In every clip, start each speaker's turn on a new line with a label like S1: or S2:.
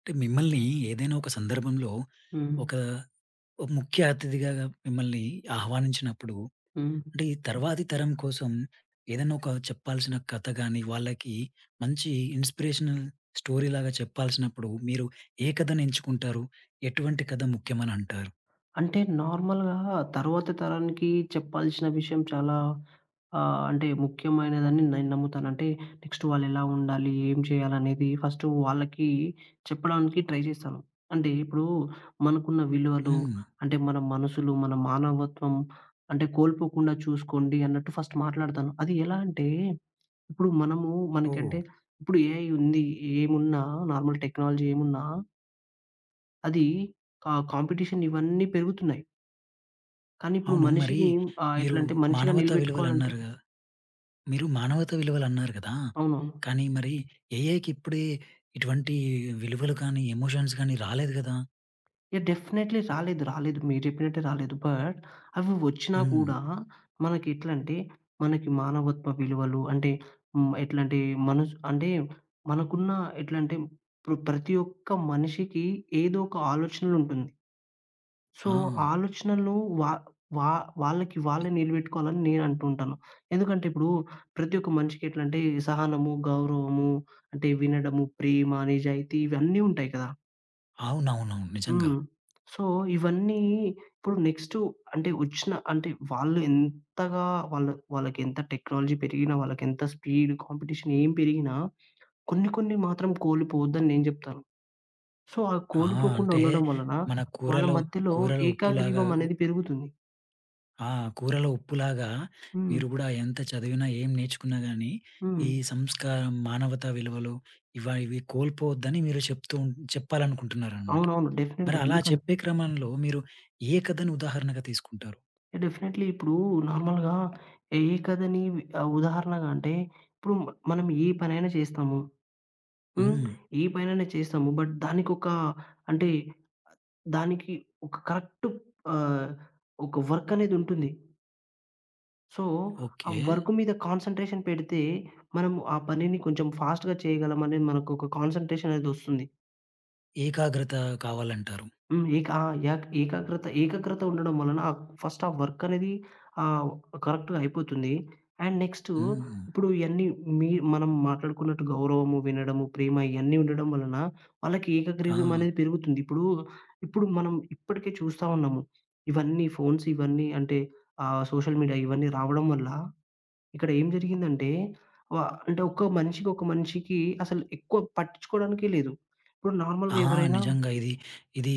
S1: అంటే మిమ్మల్ని ఏదైనా ఒక సందర్భంలో
S2: హ్మ్.
S1: ఒక ఒక ముఖ్య అతిథిగా మిమ్మల్ని ఆహ్వానించినప్పుడు
S2: హ్మ్.
S1: అంటే ఈ తర్వాతి తరం కోసం ఏదైనా ఒక చెప్పాల్సిన కథ గాని, వాళ్ళకి మంచి ఇన్‌స్పిరేషనల్ స్టోరీ లాగా చెప్పాల్సినప్పుడు మీరు ఏ కథను ఎంచుకుంటారు? ఎటువంటి కథ ముఖ్యమని అంటారు?
S2: అంటే నార్మల్‌గా తరువాత తరానికి చెప్పాల్సిన విషయం చాలా అంటే ముఖ్యమైనదని నేను నమ్ముతాను. అంటే నెక్స్ట్ వాళ్ళెలా ఉండాలి? ఏం చేయాలనేది ఫస్ట్ వాళ్ళకి చెప్పడానికి ట్రై చేస్తాను. అంటే ఇప్పుడు మనకున్న విలువలు,
S1: హ్మ్.
S2: అంటే మన మనసులు, మన మానవత్వం అంటే కోల్పోకుండా చూసుకోండి అన్నట్టు ఫస్ట్ మాట్లాడతాను. అది ఎలా అంటే ఇప్పుడు మనము
S1: ఓహ్!
S2: మనకంటే ఇప్పుడు ఏఐ ఉంది. ఏమున్నా నార్మల్ టెక్నాలజీ ఏమున్నా అది కాంపిటీషన్ ఇవన్నీ పెరుగుతున్నాయి. కానీ ఇప్పుడు
S1: అవును. మరి
S2: మనిషిని
S1: మీరు
S2: ఎట్లంటే మనిషిగా
S1: మానవతా
S2: నిలబెట్టుకోవాలంటే
S1: విలువలన్నారు గదా! మీరు మానవతా విలువలన్నారు గదా!
S2: అవునవును.
S1: కానీ మరి ఏఐకిప్పుడే ఇటువంటి విలువలు కానీ, ఎమోషన్స్ గానీ రాలేదు గదా!
S2: యాహ్! డెఫినైట్‌లీ రాలేదు. రాలేదు. మీరు చెప్పినట్టే రాలేదు. బట్ అవి వచ్చినా
S1: హ్మ్.
S2: కూడా మనకి ఎట్లంటే మనకి మానవత్వ విలువలు అంటే ఎట్లంటే మనసు అంటే మనకున్న ఎట్లంటే ఇప్పుడు ప్రతి ఒక్క మనిషికి ఏదో ఒక ఆలోచనలుంటుంది. సో,
S1: ఆ!
S2: ఆలోచనలు వా వా వాళ్ళకి వాళ్ళే నిలబెట్టుకోవాలని నేను అంటుంటాను. ఎందుకంటే ఇప్పుడు ప్రతి ఒక్క మనిషికి ఎట్లంటే సహనము, గౌరవము, అంటే వినడము, ప్రేమ, నిజాయితీ ఇవన్నీ ఉంటాయి కదా!
S1: అవునవునవును. నిజంగా.
S2: హ్మ్. సో, ఇవన్నీ ఇప్పుడు నెక్స్ట్ అంటే వచ్చిన అంటే వాళ్ళు ఎంతగా వాళ్ళు వాళ్ళకెంత టెక్నాలజీ పెరిగినా, వాళ్ళకెంత స్పీడ్, కాంపిటీషన్ ఏం పెరిగినా కొన్ని కొన్ని మాత్రం కోల్పోవద్దని నేను చెప్తాను. సో, ఆ
S1: ఆ!
S2: కోల్పోకుండా
S1: అంటే
S2: ఉండడం వలన
S1: మన
S2: వాళ్ళ
S1: కూరలో,
S2: మధ్యలో
S1: కూరలో ఉప్పులాగా
S2: ఏకాగ్రీవం
S1: ఉ
S2: అనేది పెరుగుతుంది.
S1: ఆ! కూరలో ఉప్పులాగా
S2: హ్మ్.
S1: మీరు గూడా ఎంత చదివినా, ఏం నేర్చుకున్నా గానీ,
S2: హ్మ్.
S1: ఈ సంస్కారం, మానవతా విలువలు ఇవి కోల్పోవద్దని మీరు చెప్తూ చెప్పాలనుకుంటున్నారనమాట.
S2: అవునవును.
S1: మరి
S2: డెఫినెట్‌గా.
S1: అలా
S2: ఎందుకంటే
S1: చెప్పే క్రమంలో మీరు ఏ కథను ఉదాహరణగా తీసుకుంటారు?
S2: డెఫినెట్‌లీ ఇప్పుడు నార్మల్‌గా ఏ కథని ఉదాహరణగా అంటే ఇప్పుడు మనం ఏ పనైనా చేస్తాము. హ్మ్.
S1: హ్మ్.
S2: ఏ పనైనా చేస్తాము. బట్ దానికొక అంటే దానికి ఒక కరెక్ట్ ఆహ్, ఒక వర్క్ అనేది ఉంటుంది. సో, ఆ
S1: ఓకే.
S2: వర్క్ మీద కాన్సంట్రేషన్ పెడితే మనము ఆ పనిని కొంచెం ఫాస్ట్‌గా చేయగలం అనేది మనకు ఒక కాన్సంట్రేషన్ అనేది వస్తుంది.
S1: ఏకాగ్రత కావాలంటారు.
S2: హ్మ్. ఏక ఆ! యాక్ ఏకాగ్రత ఏకాగ్రత ఉండడం వలన ఫస్ట్ ఆ వర్క్ అనేది ఆహ్, కరెక్ట్‌గా అయిపోతుంది. అండ్ నెక్స్టు
S1: హ్మ్.
S2: ఇప్పుడు ఇయన్నీ మీ మనం మాట్లాడుకున్నట్టు గౌరవము, వినడము, ప్రేమ ఇయన్నీ ఉండడం వలన వాళ్ళకి
S1: ఆ!
S2: ఏకగ్రీవ్యం అనేది పెరుగుతుంది. ఇప్పుడు, ఇప్పుడు మనం ఇప్పటికే చూస్తా ఉన్నాము. ఇవన్నీ ఫోన్స్ ఇవన్నీ అంటే సోషల్ మీడియా ఇవన్నీ రావడం వల్ల ఇక్కడ ఏం జరిగిందంటే వ అంటే ఒక్క మనిషికి, ఒక మనిషికి అసలు ఎక్కువ పట్టించుకోవడానికే లేదు. ఇప్పుడు నార్మల్‌గా
S1: ఆ!
S2: ఎవరైనా
S1: నిజంగా ఇది. ఇది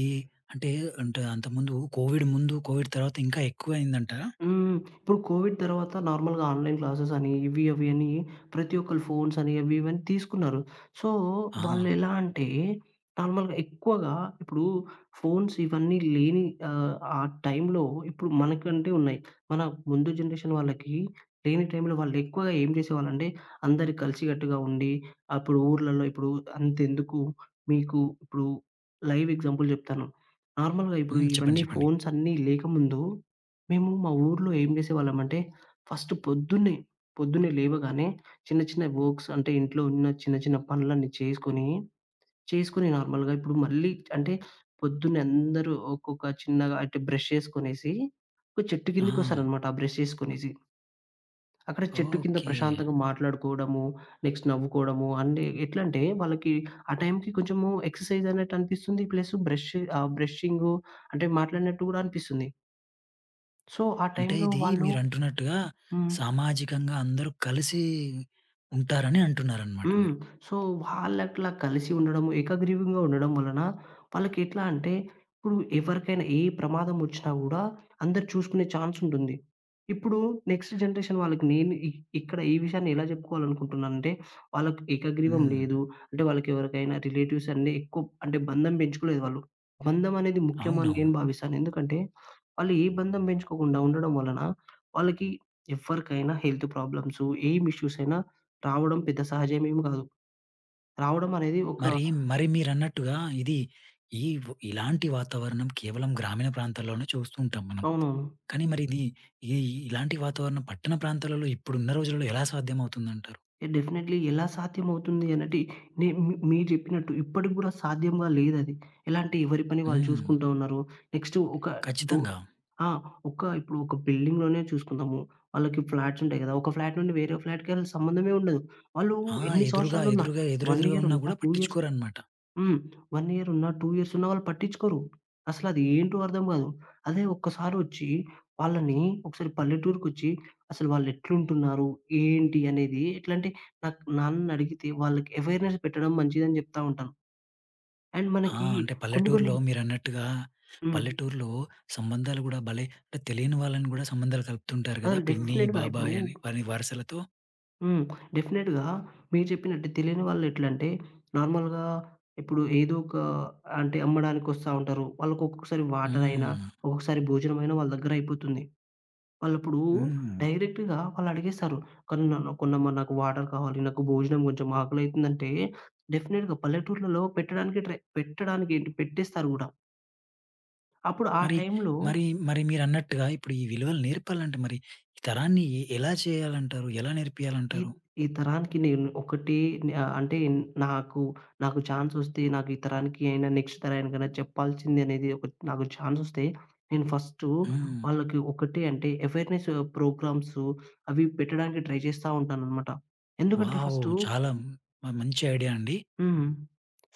S1: అంటే, అంటే అంతకుముందు కోవిడ్ ముందు, కోవిడ్ తర్వాత ఇంకా ఎక్కువయిందంట.
S2: హ్మ్. ఇప్పుడు కోవిడ్ తర్వాత నార్మల్‌గా ఆన్‌లైన్ క్లాసెస్ అని, ఇవి అవి అని ప్రతి ఒక్కళ్ళు ఫోన్స్ అని అవి ఇవి అని తీసుకున్నారు. సో,
S1: ఆ!
S2: వాళ్ళెలా అంటే నార్మల్‌గా ఎక్కువగా ఇప్పుడు ఫోన్స్ ఇవన్నీ లేని ఆ టైంలో ఇప్పుడు మనకంటే ఉన్నాయి. మన ముందు జనరేషన్ వాళ్ళకి లేని టైంలో వాళ్ళు ఎక్కువగా ఏం చేసేవాళ్ళంటే అందరు కలిసికట్టుగా ఉండి అప్పుడు ఊర్లలో ఇప్పుడు అంతెందుకు మీకు ఇప్పుడు లైవ్ ఎగ్జాంపుల్ చెప్తాను. నార్మల్‌గా ఇప్పుడు
S1: హ్మ్. చెప్పండి.
S2: ఇవన్నీ
S1: చెప్పండి.
S2: ఫోన్స్ అన్నీ లేకముందు మేము మా ఊర్లో ఏం జేసేవాళ్ళమంటే, ఫస్ట్ పొద్దున్నే, పొద్దున్నే లేవగానే చిన్న చిన్న వర్క్స్ అంటే ఇంట్లో ఉన్న చిన్న చిన్న పనులన్నీ చేసుకొని, చేసుకొని నార్మల్‌గా ఇప్పుడు మళ్ళీ అంటే పొద్దున్నే అందరూ ఒక్కొక్క చిన్నగా అంటే బ్రష్ చేసుకొనేసి, ఒక చెట్టు
S1: ఆ!
S2: కిందకొస్తారనమాట. ఆ బ్రష్ చేసుకొనేసి. అక్కడ చెట్టు కింద
S1: ఓకే.
S2: ప్రశాంతంగా మాట్లాడుకోవడము, నెక్స్ట్ నవ్వుకోవడము అంటే ఎట్లంటే వాళ్ళకి ఆ టైంకి కొంచెము ఎక్సర్సైజ్ అన్నట్టు అనిపిస్తుంది. ప్లస్ బ్రష్ ఆ బ్రషింగు అంటే మాట్లాడినట్టు గూడా అనిపిస్తుంది. సో, ఆ
S1: అంటే
S2: టైంలో
S1: ఇది
S2: వాళ్ళు
S1: మీరంటున్నట్టుగా
S2: హ్మ్.
S1: సామాజికంగా అందరూ కలిసి ఉంటారని అంటున్నారనమాట
S2: హ్మ్.
S1: మీరు.
S2: సో, వాళ్ళట్లా కలిసి ఉండడం, ఏకగ్రీవంగా ఉండడం వలన వాళ్ళకెట్లా అంటే, ఇప్పుడు ఎవరికైనా ఏ ప్రమాదం ఒచ్చినా గూడా అందరు చూసుకునే ఛాన్స్ ఉంటుంది. ఇప్పుడు నెక్స్ట్ జనరేషన్ వాళ్ళకి నేను ఇక్కడ ఈ విషయాన్ని ఎలా జెప్పుకోవాలనుకుంటున్నానంటే, వాళ్ళకి ఏకగ్రీవం
S1: హ్మ్.
S2: లేదు. అంటే వాళ్ళకెవరికైనా రిలేటివ్స్ అన్నీ ఎక్కువ అంటే బంధం పెంచుకోలేదు వాళ్ళు. బంధం అనేది ముఖ్యమని
S1: అవునవును.
S2: నేను భావిస్తాను. ఎందుకంటే, వాళ్ళు ఏ బంధం పెంచుకోకుండా ఉండడం వలన వాళ్ళకి ఎవ్వరికైనా హెల్త్ ప్రాబ్లమ్స్, ఏం ఇష్యూస్ అయినా రావడం పెద్ద సహజమేం గాదు. రావడం అనేది ఒక
S1: మరి, మరి మీరన్నట్టుగా ఇది ఈ వ్ ఇలాంటి వాతావరణం కేవలం గ్రామీణ ప్రాంతాల్లోనే చూస్తూ ఉంటాం మనం.
S2: అవునవును.
S1: కానీ మరి ఇది ఈ ఇలాంటి వాతావరణం పట్టణ ప్రాంతాలలో ఇప్పుడున్న రోజులలో ఎలా సాధ్యమవుతుందంటారు?
S2: డెఫినైట్‌లీ ఎలా సాధ్యమవుతుంది అనంటే నే మీ మీరు జెప్పినట్టు ఇప్పటికి గూడా సాధ్యంగా లేదది. ఎలా అంటే ఎవరి పని వాళ్ళు
S1: హ్మ్.
S2: చూసుకుంటూ ఉన్నారు. నెక్స్ట్ ఒక డో
S1: ఖచ్చితంగా.
S2: ఆ! ఒక ఇప్పుడు ఒక బిల్డింగ్‌లోనే చూసుకుందాము. వాళ్ళకి ఫ్లాట్స్ ఉంటాయి గదా! ఒక ఫ్లాట్ నుండి వేరే ఫ్లాట్‌కి ఆళ్ళకి సంబంధమే ఉండదు. వాళ్ళు
S1: ఆ!
S2: ఎన్ని
S1: ఎదురుగా,
S2: సంవత్సరాలున్నా
S1: ఎదురుగా,
S2: 1
S1: ఎదురెదురుగా
S2: ఇయర్
S1: ఉన్నా
S2: ఉన్నా,
S1: గూడా
S2: 2 ఇయర్స్
S1: పట్టించుకోరనమాట.
S2: హ్మ్. 1 ఇయర్ ఉన్న, 2 ఇయర్స్ ఉన్న వాళ్ళు పట్టించుకోరు. అసలది ఏంటో అర్థం గాదు. అదే ఒక్కసారొచ్చి వాళ్ళని ఒకసారి పల్లెటూరుకొచ్చి అసలు వాళ్ళెట్లుంటున్నారు, ఏంటి అనేది ఎట్లంటే నాకు నాన్ననడిగితే వాళ్ళకి అవేర్‌నెస్ పెట్టడం మంచిదని జెప్తా ఉంటాను. అండ్
S1: ఆ!
S2: మనకి
S1: అంటే
S2: కొన్ని కొన్ని
S1: పల్లెటూరులో మీరన్నట్టుగా
S2: హ్మ్.
S1: పల్లెటూరులో సంబంధాలు గూడా భలే అంటే తెలియని వాళ్ళని గూడా సంబంధాలు కలుపుతుంటారు గదా!
S2: అసలు
S1: పిన్ని,
S2: డెఫినెట్‌గా ఇప్పుడు
S1: బాబాయ్ అని వారి వరసలతో.
S2: హ్మ్. డెఫినెట్‌గా మీరు చెప్పినట్టు తెలియని వాళ్ళెట్లంటే నార్మల్‌గా ఇప్పుడు ఏదో ఒక అంటే అమ్మడానికొస్తా ఉంటారు. వాళ్ళకొక్కొక్కసారి వాటర్ అయినా,
S1: హ్మ్.
S2: ఒక్కొక్కసారి భోజనమైనా వాళ్ళ దగ్గర అయిపోతుంది. వాళ్ళిప్పుడు
S1: హ్మ్.
S2: డైరెక్ట్‌గా వాళ్ళడిగేస్తారు. కానీ నన్ను కొన్నమ్మ నాకు వాటర్ కావాలి, నాకు భోజనం కొంచెం ఆకలైతుందంటే డెఫినిట్‌గా పల్లెటూర్లలో పెట్టడానికి ట్రై పెట్టడానికి ఏంటి పెట్టేస్తారు గూడా. అప్పుడు ఆ
S1: మరి,
S2: టైంలో
S1: మరి, మరి మీరన్నట్టుగా ఇప్పుడు ఈ విలువలు నేర్పాలంటే మరి ఈ తరాన్ని ఎలా చేయాలంటారు? ఎలా
S2: ఈ
S1: నేర్పియాలంటారు?
S2: ఈ తరానికి నేను ఒకటి అంటే నాకు, నాకు ఛాన్సొస్తే నాకు ఈ తరానికి అయినా నెక్స్ట్ తరానికైనా చెప్పాల్సింది అనేది ఒక నాకు ఛాన్సొస్తే నేను ఫస్టు
S1: హ్మ్.
S2: వాళ్ళకి ఒకటి అంటే అవేర్‌నెస్ ప్రోగ్రామ్స్ అవి పెట్టడానికి ట్రై చేస్తా ఉంటాననమాట. ఎందుకంటే
S1: వావ్!
S2: ఫస్టు
S1: చాలా మంచి ఐడియా అండి.
S2: హ్మ్.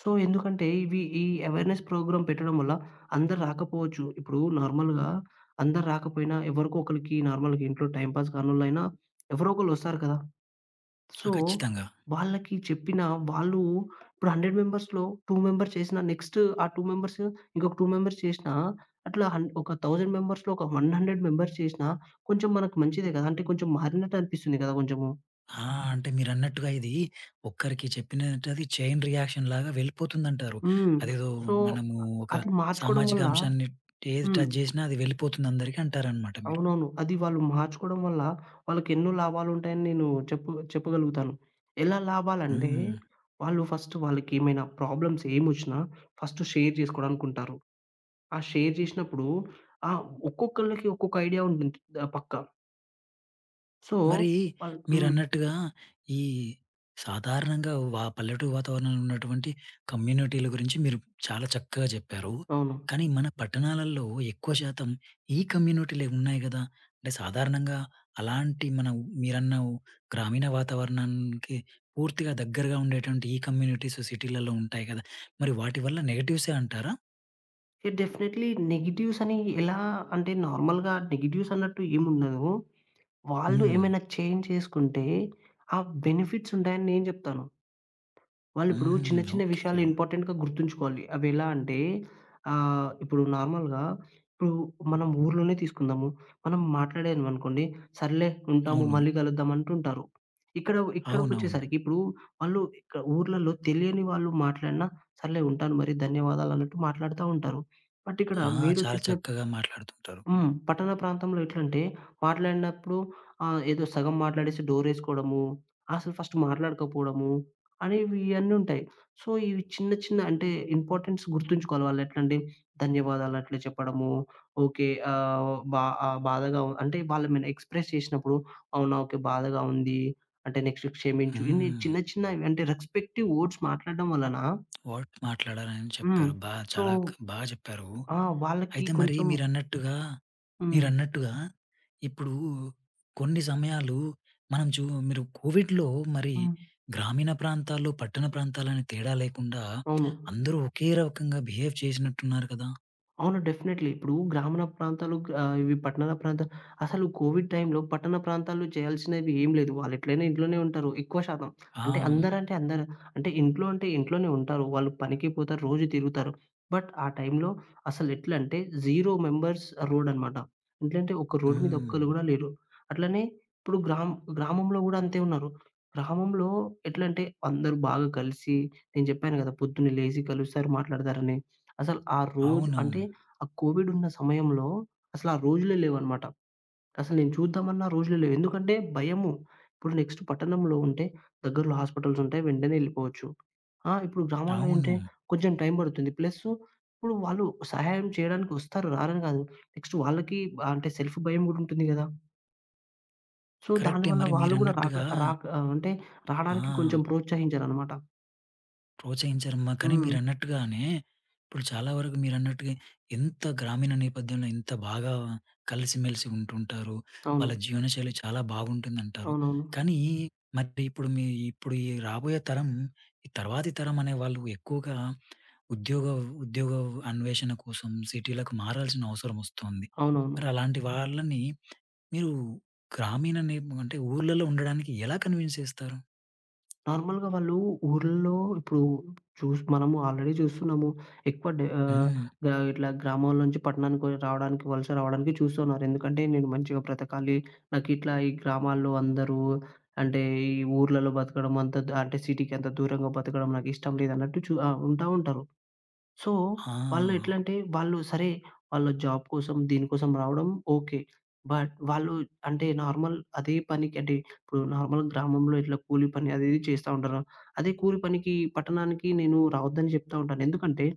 S2: సో, ఎందుకంటే ఇవి ఈ అవేర్‌నెస్ ప్రోగ్రామ్ పెట్టడం వల్ల అందరు రాకపోవచ్చు. ఇప్పుడు నార్మల్‌గా అందరు రాకపోయినా ఎవరికో ఒకళ్ళకి నార్మల్‌గా ఇంట్లో టైమ్ పాస్ కానోళ్ళైనా ఎవరో ఒకళ్ళు వస్తారు కదా!
S1: ఆ!
S2: సో,
S1: ఖచ్చితంగా.
S2: వాళ్ళకి చెప్పినా వాళ్ళు ఇప్పుడు 100 మెంబర్స్‌లో 2 మెంబర్స్ చేసినా నెక్స్ట్ ఆ 2 మెంబర్స్ ఇంకొక 2 మెంబర్స్ చేసినా అట్లా హన్ ఒక 1000 మెంబర్స్‌లో ఒక 100 మెంబర్స్ చేసినా కొంచెం మనకు మంచిదే కదా! అంటే కొంచెం మారినట్టు అనిపిస్తుంది కదా! కొంచెము.
S1: ఆ! అంటే మీరన్నట్టుగా ఇది ఒక్కరికి చెప్పినట్టు అది చైన్ రియాక్షన్ లాగా వెళ్ళిపోతుందంటారు.
S2: హ్మ్.
S1: అదేదో
S2: సో,
S1: మనము ఒక
S2: అది మార్చుకోవడం
S1: సామాజిక
S2: వల్ల
S1: అంశాన్ని ఏది
S2: హ్మ్.
S1: టచ్ చేసినా అది వెళ్ళిపోతుంది అందరికి అంటారనమాట మీరు.
S2: అవునవును. అది వాళ్ళు మార్చుకోవడం వల్ల వాళ్ళకెన్నో లాభాలుంటాయని నేను చెప్పగలుగుతాను. ఎలా లాభాలంటే,
S1: హ్మ్.
S2: వాళ్ళు ఫస్ట్ వాళ్ళకేమైనా ప్రాబ్లమ్స్ ఏమొచ్చినా ఫస్ట్ షేర్ జేసుకోవడానికుంటారు. ఆ షేర్ జేసినప్పుడు ఆహ్, ఒక్కొక్కళ్ళకి ఒక్కొక్క ఐడియా ఉంటుంది పక్కా. సో,
S1: మరి
S2: వాళ్ళు
S1: మీరన్నట్టుగా ఈ సాధారణంగా పల్లెటూరు వాతావరణంలో ఉన్నటువంటి కమ్యూనిటీల గురించి మీరు చాలా చక్కగా చెప్పారు.
S2: అవును.
S1: కానీ మన పట్టణాలలో ఎక్కువ శాతం ఈ కమ్యూనిటీలే ఉన్నాయి గదా! అంటే సాధారణంగా అలాంటి మీరన్న గ్రామీణ వాతావరణానికి పూర్తిగా దగ్గరగా ఉండేటువంటి ఈ కమ్యూనిటీస్ సిటీలలో ఉంటాయి గదా! మరి వాటి వల్ల నెగెటివ్సే అంటారా?
S2: ఇక డెఫినైట్‌లీ నెగెటివ్స్ అని ఎలా అంటే నార్మల్‌గా నెగెటివ్స్ అన్నట్టు ఏముండదు. వాళ్ళు
S1: హ్మ్.
S2: ఏమైనా చేంజ్ చేసుకుంటే ఆ బెనిఫిట్స్ ఉంటాయని నేను జెప్తాను. వాళ్ళిప్పుడు
S1: హుహు.
S2: చిన్న చిన్న
S1: ఓకే.
S2: విషయాలు ఇంపార్టెంట్‌గా గుర్తుంచుకోవాలి. అవెలా అంటే ఇప్పుడు నార్మల్‌గా ఇప్పుడు మనం ఊర్లోనే తీసుకుందాము. మనం మాట్లాడామనుకోండి, సర్లే ఉంటాము,
S1: అవును.
S2: మళ్ళీ కలుద్దాం అంటుంటారు. ఇక్కడ
S1: అవునవును.
S2: ఇక్కడికొచ్చేసరికి ఇప్పుడు వాళ్ళు ఇక్కడ ఊర్లలో తెలియని వాళ్ళు మాట్లాడినా, సర్లే ఉంటాను మరి ధన్యవాదాలు అన్నట్టు మాట్లాడుతా ఉంటారు. బట్ ఇక్కడ
S1: ఆ! చాలా
S2: మీరొచ్చేసిన
S1: చక్కగా మాట్లాడుతుంటారు.
S2: హ్మ్. పట్టణ ప్రాంతంలో ఎట్లంటే, మాట్లాడినప్పుడు ఏదో సగం మాట్లాడేసి డోరేసుకోవడము, అసలు ఫస్ట్ మాట్లాడకపోవడము అనేవి ఇయన్నుంటాయి. సో, ఇవి చిన్న చిన్న అంటే ఇంపార్టెన్స్ గుర్తుంచుకోవాలి. వాళ్ళెట్లంటే ధన్యవాదాలు అట్లా చెప్పడము, ఓకే. బాధగా అంటే వాళ్ళేమైనా ఎక్స్‌ప్రెస్ చేసినప్పుడు, అవునా! ఓకే. బాధగా ఉంది. అంటే నెక్స్ట్ క్షమించు. ఇన్ని
S1: హ్మ్.
S2: చిన్న చిన్నవి అంటే రెస్పెక్టివ్ వర్డ్స్ మాట్లాడడం వలన
S1: వర్క్ మాట్లాడారని
S2: హ్మ్.
S1: చెప్పారు. బా
S2: సో
S1: చాలా క్ బాగా చెప్పారు.
S2: ఆ! వాళ్ళకి
S1: అయితే మరి
S2: కొంచెం
S1: మీరన్నట్టుగా,
S2: హ్మ్.
S1: మీరన్నట్టుగా ఇప్పుడు కొన్ని సమయాలు మనం చూ మీరు కోవిడ్‌లో మరి
S2: హ్మ్.
S1: గ్రామీణ ప్రాంతాలు, పట్టణ ప్రాంతాలని తేడా లేకుండా
S2: అవును.
S1: అందరూ ఒకే రకంగా బిహేవ్ చేసినట్టున్నారు కదా!
S2: అవును. డెఫినైట్‌లీ. ఇప్పుడు గ్రామీణ ప్రాంతాలు ఇవి పట్టణ ప్రాంతాలు అసలు కోవిడ్ టైంలో పట్టణ ప్రాంతాల్లో చేయాల్సినవి ఏం లేదు. వాళ్ళు ఎట్లైనా ఇంట్లోనే ఉంటారు ఎక్కువ శాతం.
S1: ఆ!
S2: అంటే అందరంటే అందరు అంటే ఇంట్లో అంటే ఇంట్లోనే ఉంటారు. వాళ్ళు పనికి పోతారు, రోజు తిరుగుతారు. బట్ ఆ టైంలో అసలు ఎట్లంటే 0 మెంబర్స్ రోడ్ అన్నమాట. ఎట్లంటే ఒక రోడ్ మీద
S1: హ్మ్.
S2: ఒక్కళ్ళు గూడా లేరు. అట్లనే ఇప్పుడు గ్రామంలో గూడా అంతే ఉన్నారు. గ్రామంలో ఎట్లంటే అందరూ బాగా కలిసి నేను జెప్పాను గదా! పొద్దున్నే లేసి కలుస్తారు, మాట్లాడతారని. అసలు ఆ రోజు అంటే
S1: అవునవును.
S2: ఆ కోవిడ్ ఉన్న సమయంలో అసలు ఆ రోజులే లేవన్నమాట. అసలు నేను చూద్దామన్నా రోజులే లేవు. ఎందుకంటే భయము. ఇప్పుడు నెక్స్ట్ పట్టణంలో ఉంటే దగ్గరలో హాస్పిటల్స్ ఉంటాయి. వెంటనే ఎళ్ళిపోవచ్చు. ఆ! ఇప్పుడు గ్రామాల్లో
S1: అవును.
S2: ఏంటే కొంచెం టైం పడుతుంది. ప్లస్ ఇప్పుడు వాళ్ళు సహాయం చేయడానికి వస్తారు. రారని కాదు. నెక్స్ట్ వాళ్ళకి అంటే సెల్ఫ్ భయం కూడా ఉంటుంది గదా! సో
S1: కరెక్టే
S2: దానివల్ల
S1: మరి
S2: వాళ్ళు కూడా రాక
S1: మీరన్నట్టుగా
S2: రాక ఆహ్, అంటే
S1: ఆ!
S2: రాడానికి కొంచెం ప్రోత్సహించరన్నమాట.
S1: ప్రోత్సహించారమ్మా. కానీ
S2: హ్మ్.
S1: మీరన్నట్టుగానే ఇప్పుడు చాలా వరకు మీరన్నట్టుగా ఎంత గ్రామీణ నేపథ్యంలో ఇంత బాగా కలిసిమెలిసి ఉంటుంటారు. వాళ్ళ
S2: అవును.
S1: జీవనశైలి చాలా బాగుంటుందంటారు.
S2: అవునవును.
S1: కానీ మరి ఇప్పుడు ఈ రాబోయే తరం, ఈ తర్వాతి తరం అనే వాళ్ళు ఎక్కువగా ఉద్యోగ ఉద్యోగ అన్వేషణ కోసం సిటీలకు మారాల్సిన అవసరం వస్తోంది.
S2: అవునవును.
S1: మరి అలాంటి వాళ్ళని మీరు గ్రామీణ నే అంటే ఊర్లలో ఉండడానికి ఎలా కన్విన్స్ చేస్తారు?
S2: నార్మల్‌గా వాళ్ళు ఊర్లలో ఇప్పుడు మనము ఆల్రెడీ చూస్తున్నాము. ఎక్కువ డె ఆహ్,
S1: హ్మ్.
S2: గ ఇట్లా గ్రామాల నుంచి పట్టణానికి రావడానికి, వలస రావడానికి చూస్తున్నారు. ఎందుకంటే నేను మంచిగా బ్రతకాలి. నాకిట్లా ఈ గ్రామాల్లో అందరూ అంటే ఈ ఊర్లలో బతకడం అంత ద అంటే సిటీకి అంత దూరంగా బతకడం నాకిష్టం లేదన్నట్టు చూ ఆహ్, ఉంటా ఉంటారు. సో, వాళ్ళు
S1: ఆ!
S2: ఎట్లంటే వాళ్ళు సరే, వాళ్ళు జాబ్ కోసం దీనికోసం రావడం ఓకే. బట్ వాళ్ళు అంటే నార్మల్ అదే పనికి అంటే ఇప్పుడు నార్మల్ గ్రామంలో ఇట్లా కూలి పని అది ఇది చేస్తా ఉంటారు. అదే కూలి పనికి పట్టణానికి నేను రావద్దని చెప్తా ఉంటాను. ఎందుకంటే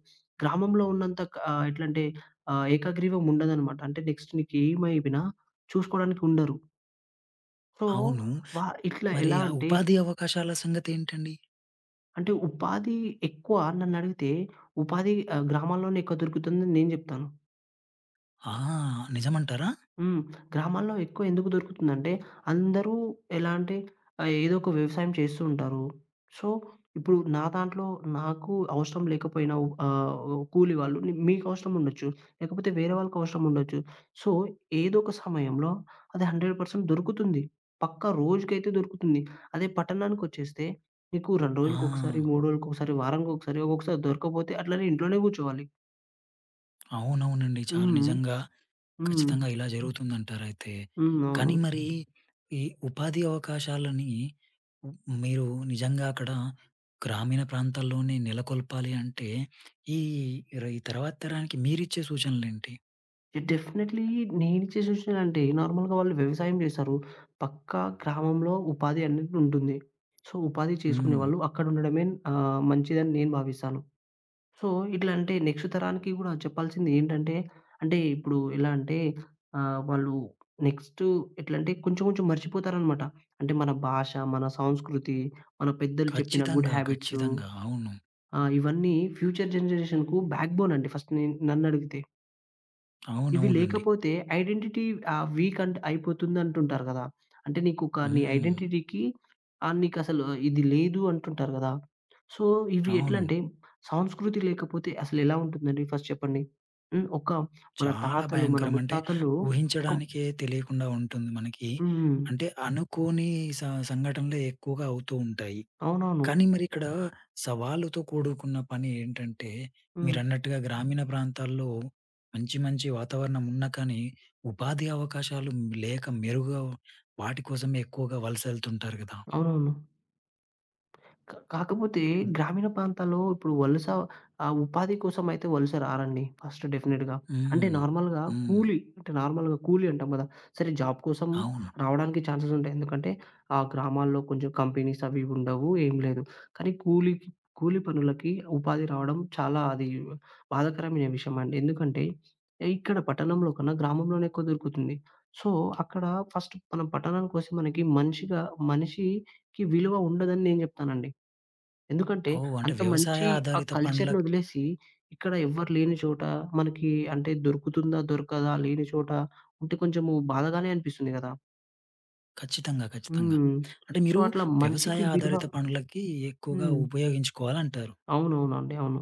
S2: గ్రామంలో ఉన్నంత క ఎట్లంటే ఏకగ్రీవం ఉండదనమాట. అంటే నెక్స్ట్ నీకేమైపోయినా చూసుకోవడానికి ఉండరు. సో,
S1: అవును.
S2: వా ఇట్లా
S1: మరి
S2: ఎలా
S1: ఆ
S2: అంటే,
S1: ఉపాధి అవకాశాల సంగతేంటండి?
S2: అంటే ఉపాధి ఎక్కువ నన్నడిగితే ఉపాధి గ్రామాల్లోనే ఎక్కువ దొరుకుతుందని నేను చెప్తాను.
S1: ఆ! నిజమంటారా?
S2: హ్మ్. గ్రామాల్లో ఎక్కువ ఎందుకు దొరుకుతుందంటే, అందరూ ఎలా అంటే ఏదో ఒక వ్యవసాయం చేస్తూ ఉంటారు. సో, ఇప్పుడు నా దాంట్లో నాకు అవసరం లేకపోయినా ఆహ్, కూలి వాళ్ళు ని- మీకు అవసరం ఉండొచ్చు. లేకపోతే వేరే వాళ్ళకి అవసరం ఉండొచ్చు. సో, ఏదో ఒక సమయంలో అది 100% దొరుకుతుంది. పక్కా రోజుకైతే దొరుకుతుంది. అదే పట్టణానికొచ్చేస్తే నీకు 2
S1: ఆ!
S2: రోజులకొకసారి, 3 రోజులకొకసారి, వారానికొకసారి, ఒక్కొక్కసారి దొరకకపోతే అట్లనే ఇంట్లోనే కూర్చోవాలి.
S1: అవునవునండి. చాలా
S2: హ్మ్.
S1: నిజంగా
S2: హ్మ్.
S1: ఖచ్చితంగా ఇలా హ్మ్. జరుగుతుందంటారయితే.
S2: హ్మ్. అవును.
S1: కానీ మరి హ్మ్. ఈ ఉపాధి అవకాశాలని హ్మ్, మీరు నిజంగా అక్కడ గ్రామీణ ప్రాంతాల్లోనే నెలకొల్పాలి అంటే ఈ ఈ తర్వాత తరానికి మీరిచ్చే సూచనలేంటి?
S2: డెఫినెట్‌లీ నేనిచ్చే సూచన అంటే నార్మల్‌గా వాళ్ళు వ్యవసాయం చేస్తారు. పక్కా గ్రామంలో ఉపాధి అనేది ఉంటుంది. సో, ఉపాధి చేసుకునే
S1: హ్మ్.
S2: వాళ్ళు అక్కడుండడమే మంచిదని నేను భావిస్తాను. సో, ఇట్లా అంటే నెక్స్ట్ తరానికి గూడా చెప్పాల్సింది ఏంటంటే, అంటే ఇప్పుడు ఎలా అంటే వాళ్ళు నెక్స్ట్ ఎట్లంటే కొంచెం కొంచెం మర్చిపోతారనమాట. అంటే మన భాష, మన సంస్కృతి, మన పెద్దలు చెప్పిన గుడ్
S1: ఖచ్చితంగా.
S2: హ్యాబిట్సు
S1: ఖచ్చితంగా. అవును.
S2: ఇవన్నీ ఫ్యూచర్ జనరేషన్‌కు బ్యాక్‌బోన్ అండి ఫస్ట్ నేను నన్నడిగితే. ఇవి
S1: అవునవునండి.
S2: లేకపోతే ఐడెంటిటీ వీక్ అంట్ అయిపోతుందంటుంటారు గదా! అంటే నీకొక నీ
S1: హ్మ్.
S2: ఐడెంటిటీకి నీకసలు ఇది లేదు అంటుంటారు గదా! సో, ఇవి
S1: అవును.
S2: ఎట్లంటే సంస్కృతి లేకపోతే అసలెలా ఉంటుందండి ఫస్ట్ చెప్పండి? హ్మ్. ఒక మన
S1: చాలా
S2: తాతలు, మన
S1: భయంకరం. అంటే
S2: ముత్తాతలు ఒక
S1: ఊహించడానికే తెలియకుండా ఉంటుంది మనకి.
S2: హ్మ్.
S1: అంటే అనుకోని స సంఘటనలే ఎక్కువగా అవుతూ ఉంటాయి.
S2: అవునవును.
S1: కానీ మరిక్కడ సవాలుతో కూడుకున్న పని ఏంటంటే,
S2: హ్మ్.
S1: మీరన్నట్టుగా గ్రామీణ ప్రాంతాల్లో మంచి మంచి వాతావరణం ఉన్నా కానీ, ఉపాధి అవకాశాలు లేక మెరుగు వాటి కోసమే ఎక్కువగా వలసెళ్తుంటారు కదా!
S2: అవునవును. కాకపోతే
S1: హ్మ్.
S2: గ్రామీణ ప్రాంతాల్లో ఇప్పుడు వలస ఉపాధి కోసమైతే వలస రారండి. ఫస్ట్ డెఫినెట్‌గా. అంటే
S1: హ్మ్.
S2: నార్మల్‌గా
S1: హ్మ్.
S2: కూలీ అంటే నార్మల్‌గా కూలీ అంటాం కదా! సరే జాబ్ కోసం
S1: అవును.
S2: రావడానికి ఛాన్సెస్ ఉంటాయి. ఎందుకంటే ఆ గ్రామాల్లో కొంచెం కంపెనీస్ అవి ఇవి ఉండవు. ఏం లేదు. కానీ కూలీకి కూలి పనులకి ఉపాధి రావడం చాలా అది బాధాకరమైన విషయం అండి. ఎందుకంటే ఇక్కడ పట్టణంలో కన్నా గ్రామంలోనే ఎక్కువ దొరుకుతుంది. సో, అక్కడ ఫస్ట్ మనం పట్టణానికొస్తే మనకి మనిషిగా మనిషికి విలువ ఉండదని నేను చెప్తానండి. ఎందుకంటే
S1: ఓహ్! అంటే
S2: అంత
S1: వ్యవసాయ
S2: మంచి ఆ
S1: ఆధారిత పనుల
S2: కల్చర్‌ని వదిలేసి ఇక్కడ ఎవ్వరు లేని చోట మనకి అంటే దొరుకుతుందా? దొరకదా? లేని చోట ఉంటే కొంచెము బాధగానే అనిపిస్తుంది గదా!
S1: ఖచ్చితంగా. ఖచ్చితంగా.
S2: హ్మ్.
S1: అంటే
S2: సో,
S1: మీరు
S2: అట్లా
S1: వ్యవసాయ
S2: మనిషికి విలువ
S1: ఆధారిత పనులకి ఎక్కువగా
S2: హ్మ్.
S1: ఉపయోగించుకోవాలంటారు.
S2: అవునవునండి. అవును.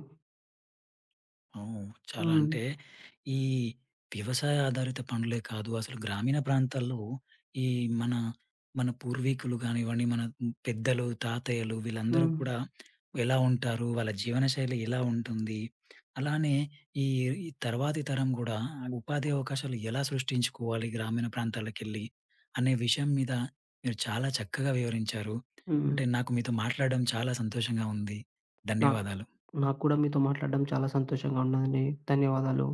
S1: అవును. చాలా
S2: హ్మ్.
S1: అంటే ఈ వ్యవసాయ ఆధారిత పనులే కాదు. అసలు గ్రామీణ ప్రాంతాల్లో ఈ మన, మన పూర్వీకులు గానివ్వండి, మన పెద్దలు, తాతయ్యలు వీళ్ళందరూ
S2: హ్మ్.
S1: కూడా ఎలా ఉంటారు? వాళ్ళ జీవనశైలి ఎలా ఉంటుంది? అలానే ఈ ఈ తర్వాతి తరం గూడా ఉపాధి అవకాశాలు ఎలా సృష్టించుకోవాలి గ్రామీణ ప్రాంతాలకెళ్ళి? అనే విషయం మీద మీరు చాలా చక్కగా వివరించారు.
S2: హ్మ్.
S1: అంటే నాకు మీతో మాట్లాడడం చాలా సంతోషంగా ఉంది.
S2: నాకు
S1: ధన్యవాదాలు.
S2: నాకు కూడా మీతో మాట్లాడడం చాలా సంతోషంగా ఉన్నదండి. ధన్యవాదాలు.